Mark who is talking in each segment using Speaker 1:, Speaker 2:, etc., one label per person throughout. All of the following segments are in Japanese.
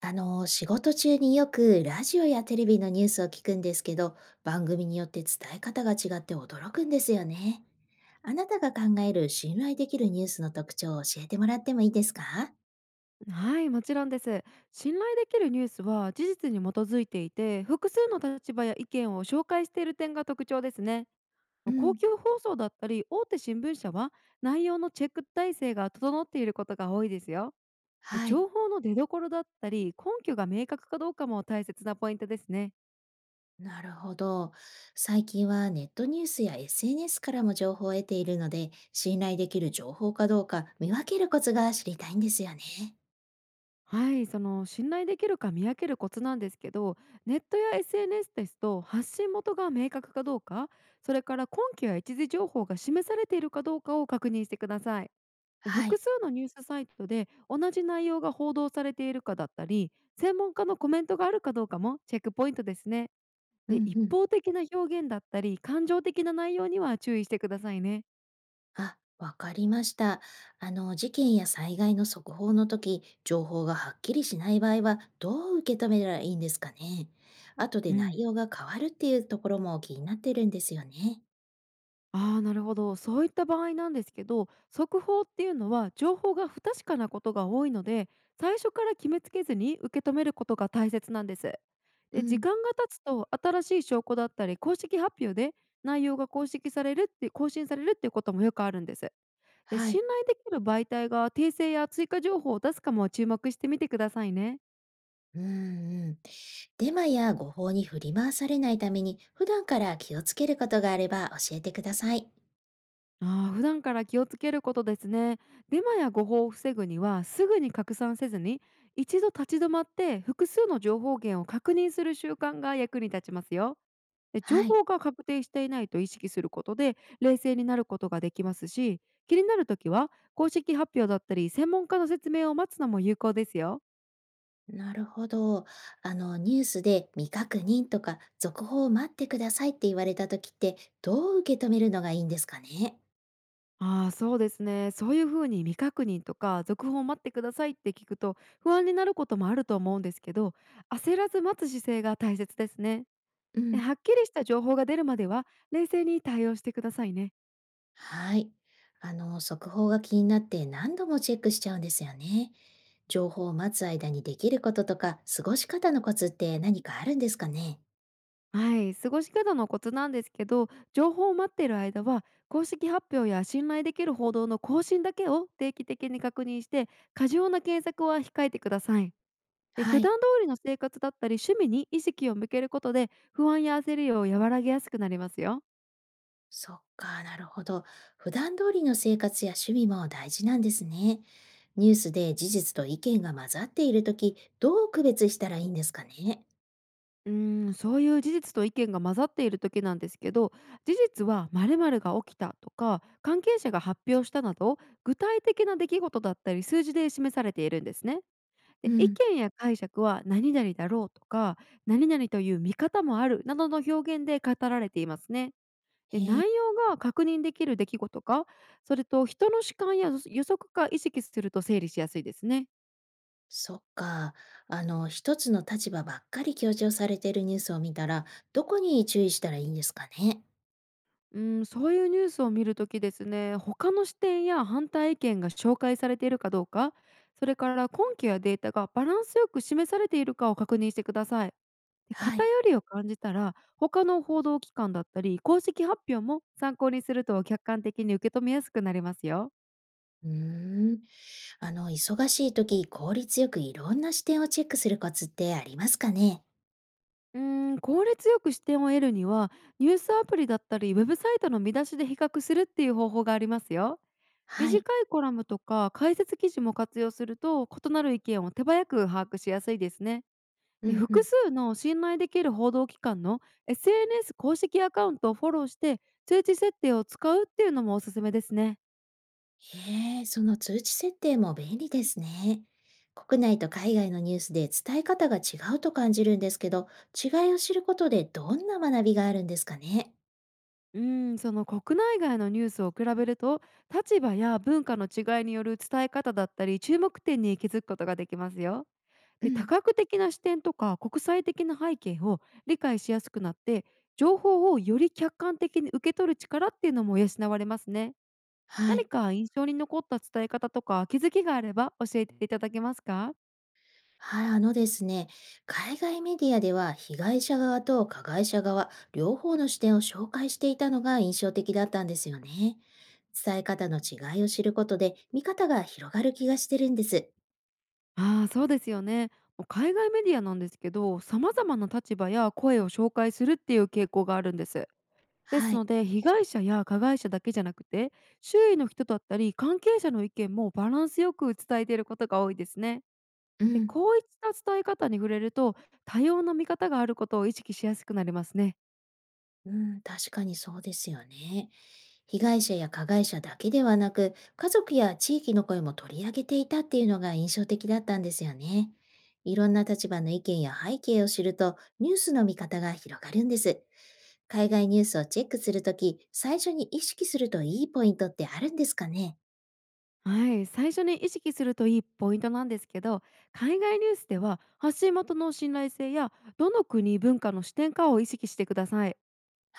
Speaker 1: 仕事中によくラジオやテレビのニュースを聞くんですけど、番組によって伝え方が違って驚くんですよね。あなたが考える信頼できるニュースの特徴を教えてもらってもいいですか？
Speaker 2: はい、もちろんです。信頼できるニュースは事実に基づいていて、複数の立場や意見を紹介している点が特徴ですね。
Speaker 1: う
Speaker 2: 公
Speaker 1: ん、
Speaker 2: 共放送だったり大手新聞社は、内容のチェック体制が整っていることが多いですよ。で、
Speaker 1: はい。
Speaker 2: 情報の出どころだったり根拠が明確かどうかも大切なポイントですね。
Speaker 1: なるほど。最近はネットニュースや SNS からも情報を得ているので、信頼できる情報かどうか見分けるコツが知りたいんですよね。
Speaker 2: はい、その信頼できるか見分けるコツなんですけど、ネットや SNS ですと、発信元が明確かどうか、それから根拠や一時情報が示されているかどうかを確認してください。で、
Speaker 1: は
Speaker 2: 複
Speaker 1: い。
Speaker 2: 数のニュースサイトで同じ内容が報道されているかだったり、専門家のコメントがあるかどうかもチェックポイントですね。
Speaker 1: う
Speaker 2: で、
Speaker 1: ん
Speaker 2: 一
Speaker 1: うん。
Speaker 2: 方的な表現だったり、感情的な内容には注意してくださいね。
Speaker 1: あ、わかりました。事件や災害の速報の時、情報がはっきりしない場合は、どう受け止めたらいいんですかね。後で
Speaker 2: う
Speaker 1: 内
Speaker 2: ん。
Speaker 1: 容が変わるっていうところも気になってるんですよね。
Speaker 2: ああ、なるほど。そういった場合なんですけど、速報っていうのは情報が不確かなことが多いので、最初から決めつけずに受け止めることが大切なんです。
Speaker 1: う
Speaker 2: で、時
Speaker 1: ん、
Speaker 2: 間が経つと新しい証拠だったり公式発表で、内容が公式されるって更新されるっていうこともよくあるんです。で、
Speaker 1: は
Speaker 2: 信
Speaker 1: い。
Speaker 2: 頼できる媒体が訂正や追加情報を出すかも注目してみてくださいね。
Speaker 1: うんうん。デマや誤報に振り回されないために、普段から気をつけることがあれば教えてください。
Speaker 2: ああ、普段から気をつけることですね。デマや誤報を防ぐには、すぐに拡散せずに、一度立ち止まって複数の情報源を確認する習慣が役に立ちますよ。で、情
Speaker 1: はい。
Speaker 2: 報が確定していないと意識することで、冷静になることができますし、気になるときは、公式発表だったり、専門家の説明を待つのも有効ですよ。
Speaker 1: なるほど。ニュースで未確認とか続報を待ってくださいって言われた時って、どう受け止めるのがいいんですかね？
Speaker 2: ああ、そうですね。そういうふうに未確認とか、続報を待ってくださいって聞くと、不安になることもあると思うんですけど、焦らず待つ姿勢が大切ですね。
Speaker 1: うん、
Speaker 2: はっきりした情報が出るまでは、冷静に対応してくださいね。
Speaker 1: はい。速報が気になって何度もチェックしちゃうんですよね。情報を待つ間にできることとか、過ごし方のコツって何かあるんですかね？
Speaker 2: はい、過ごし方のコツなんですけど、情報を待っている間は公式発表や信頼できる報道の更新だけを定期的に確認して、過剰な検索は控えてください。で、
Speaker 1: は
Speaker 2: 普
Speaker 1: い。
Speaker 2: 段通りの生活だったり趣味に意識を向けることで、不安や焦りを和らげやすくなりますよ。
Speaker 1: そっか、なるほど。普段通りの生活や趣味も大事なんですね。ニュースで事実と意見が混ざっているとき、どう区別したらいいんですかね？
Speaker 2: うーん、そういう事実と意見が混ざっている時なんですけど、事実は〇〇が起きたとか関係者が発表したなど、具体的な出来事だったり数字で示されているんですね。
Speaker 1: う
Speaker 2: で、意
Speaker 1: ん。
Speaker 2: 見や解釈は何々だろうとか、何々という見方もあるなどの表現で語られていますね。で、
Speaker 1: へえ、
Speaker 2: 内容が確認できる出来事か、それと人の主観や予測か意識すると整理しやすいですね。
Speaker 1: そっか。一つの立場ばっかり強調されているニュースを見たら、どこに注意したらいいんですかね。
Speaker 2: うん、そういうニュースを見るときですね、他の視点や反対意見が紹介されているかどうか、それから根拠やデータがバランスよく示されているかを確認してください。で、
Speaker 1: は
Speaker 2: 偏
Speaker 1: い。
Speaker 2: りを感じたら、他の報道機関だったり、公式発表も参考にすると客観的に受け止めやすくなりますよ。
Speaker 1: うーん。忙しい時、効率よくいろんな視点をチェックするコツってありますかね。
Speaker 2: うーん、効率よく視点を得るには、ニュースアプリだったり、ウェブサイトの見出しで比較するっていう方法がありますよ。
Speaker 1: は
Speaker 2: 短
Speaker 1: い。
Speaker 2: いコラムとか解説記事も活用すると、異なる意見を手早く把握しやすいですね。
Speaker 1: う
Speaker 2: で、
Speaker 1: んうん。
Speaker 2: 複数の信頼できる報道機関の SNS 公式アカウントをフォローして、通知設定を使うっていうのもおすすめですね。
Speaker 1: へえ、その通知設定も便利ですね。国内と海外のニュースで伝え方が違うと感じるんですけど、違いを知ることでどんな学びがあるんですかね。
Speaker 2: うん、その国内外のニュースを比べると、立場や文化の違いによる伝え方だったり注目点に気づくことができますよ。
Speaker 1: う
Speaker 2: で、多
Speaker 1: ん。
Speaker 2: 角的な視点とか国際的な背景を理解しやすくなって、情報をより客観的に受け取る力っていうのも養われますね。
Speaker 1: は
Speaker 2: 何
Speaker 1: い。
Speaker 2: か印象に残った伝え方とか気づきがあれば教えていただけますか？
Speaker 1: はい、あのですね、海外メディアでは被害者側と加害者側、両方の視点を紹介していたのが印象的だったんですよね。伝え方の違いを知ることで、見方が広がる気がしてるんです。
Speaker 2: ああ、そうですよね。もう海外メディアなんですけど、様々な立場や声を紹介するっていう傾向があるんです。で
Speaker 1: は
Speaker 2: す
Speaker 1: い。
Speaker 2: ので、被害者や加害者だけじゃなくて、周囲の人だったり関係者の意見もバランスよく伝えていることが多いですね。
Speaker 1: う
Speaker 2: で、
Speaker 1: ん。
Speaker 2: こういった伝え方に触れると、多様な見方があることを意識しやすくなりますね。
Speaker 1: うん、確かにそうですよね。被害者や加害者だけではなく、家族や地域の声も取り上げていたっていうのが印象的だったんですよね。いろんな立場の意見や背景を知ると、ニュースの見方が広がるんです。海外ニュースをチェックするとき、最初に意識するといいポイントってあるんですかね？
Speaker 2: はい、最初に意識するといいポイントなんですけど、海外ニュースでは発信元の信頼性や、どの国文化の視点かを意識してください。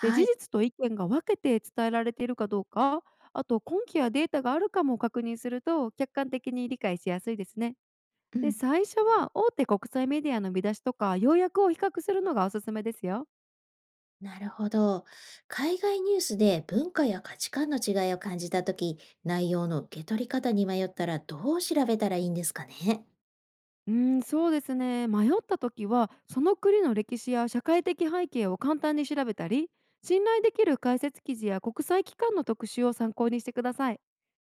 Speaker 2: で、事
Speaker 1: い。
Speaker 2: 実と意見が分けて伝えられているかどうか、あと根拠やデータがあるかも確認すると客観的に理解しやすいですね。
Speaker 1: う
Speaker 2: で、
Speaker 1: ん。
Speaker 2: 最初は大手国際メディアの見出しとか要約を比較するのがおすすめですよ。
Speaker 1: なるほど。海外ニュースで文化や価値観の違いを感じたとき、内容の受け取り方に迷ったらどう調べたらいいんですかね？
Speaker 2: うん、そうですね。迷った時は、その国の歴史や社会的背景を簡単に調べたり、信頼できる解説記事や国際機関の特集を参考にしてください。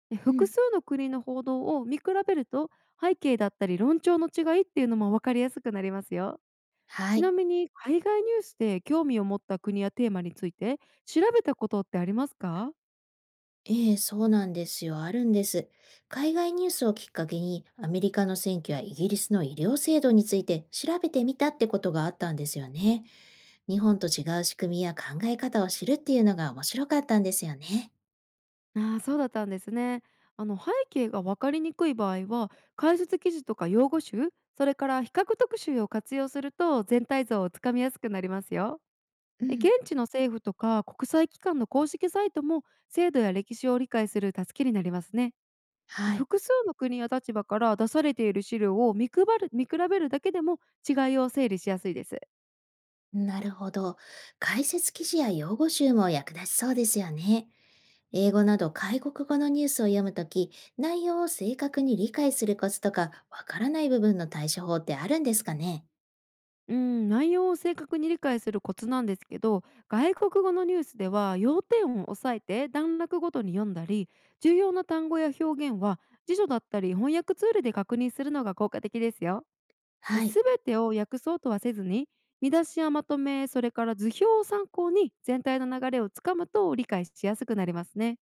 Speaker 2: で、
Speaker 1: う
Speaker 2: 複
Speaker 1: ん。
Speaker 2: 数の国の報道を見比べると、背景だったり論調の違いっていうのも分かりやすくなりますよ。
Speaker 1: は
Speaker 2: ち
Speaker 1: い。
Speaker 2: なみに、海外ニュースで興味を持った国やテーマについて調べたことってありますか？
Speaker 1: ええ、そうなんですよ。あるんです。海外ニュースをきっかけに、アメリカの選挙やイギリスの医療制度について調べてみたってことがあったんですよね。日本と違う仕組みや考え方を知るっていうのが面白かったんですよね。
Speaker 2: ああ、そうだったんですね。背景が分かりにくい場合は、解説記事とか用語集、それから比較特集を活用すると全体像をつかみやすくなりますよ。
Speaker 1: う
Speaker 2: で、
Speaker 1: ん。
Speaker 2: 現地の政府とか国際機関の公式サイトも制度や歴史を理解する助けになりますね。で、
Speaker 1: はい。
Speaker 2: 複数の国や立場から出されている資料を見比べるだけでも、違いを整理しやすいです。
Speaker 1: なるほど。解説記事や用語集も役立ちそうですよね。英語など外国語のニュースを読むとき、内容を正確に理解するコツとか、わからない部分の対処法ってあるんですかね？
Speaker 2: うーん、内容を正確に理解するコツなんですけど、外国語のニュースでは要点を押さえて段落ごとに読んだり、重要な単語や表現は辞書だったり翻訳ツールで確認するのが効果的ですよ。で、
Speaker 1: はい。
Speaker 2: 全てを訳そうとはせずに、見出しやまとめ、それから図表を参考に全体の流れをつかむと理解しやすくなりますね。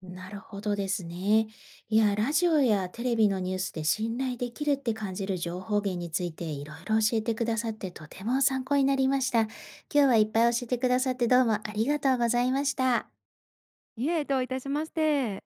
Speaker 1: なるほどですね。いや、ラジオやテレビのニュースで信頼できるって感じる情報源についていろいろ教えてくださってとても参考になりました。今日はいっぱい教えてくださってどうもありがとうございました。
Speaker 2: いえ、どういたしまして。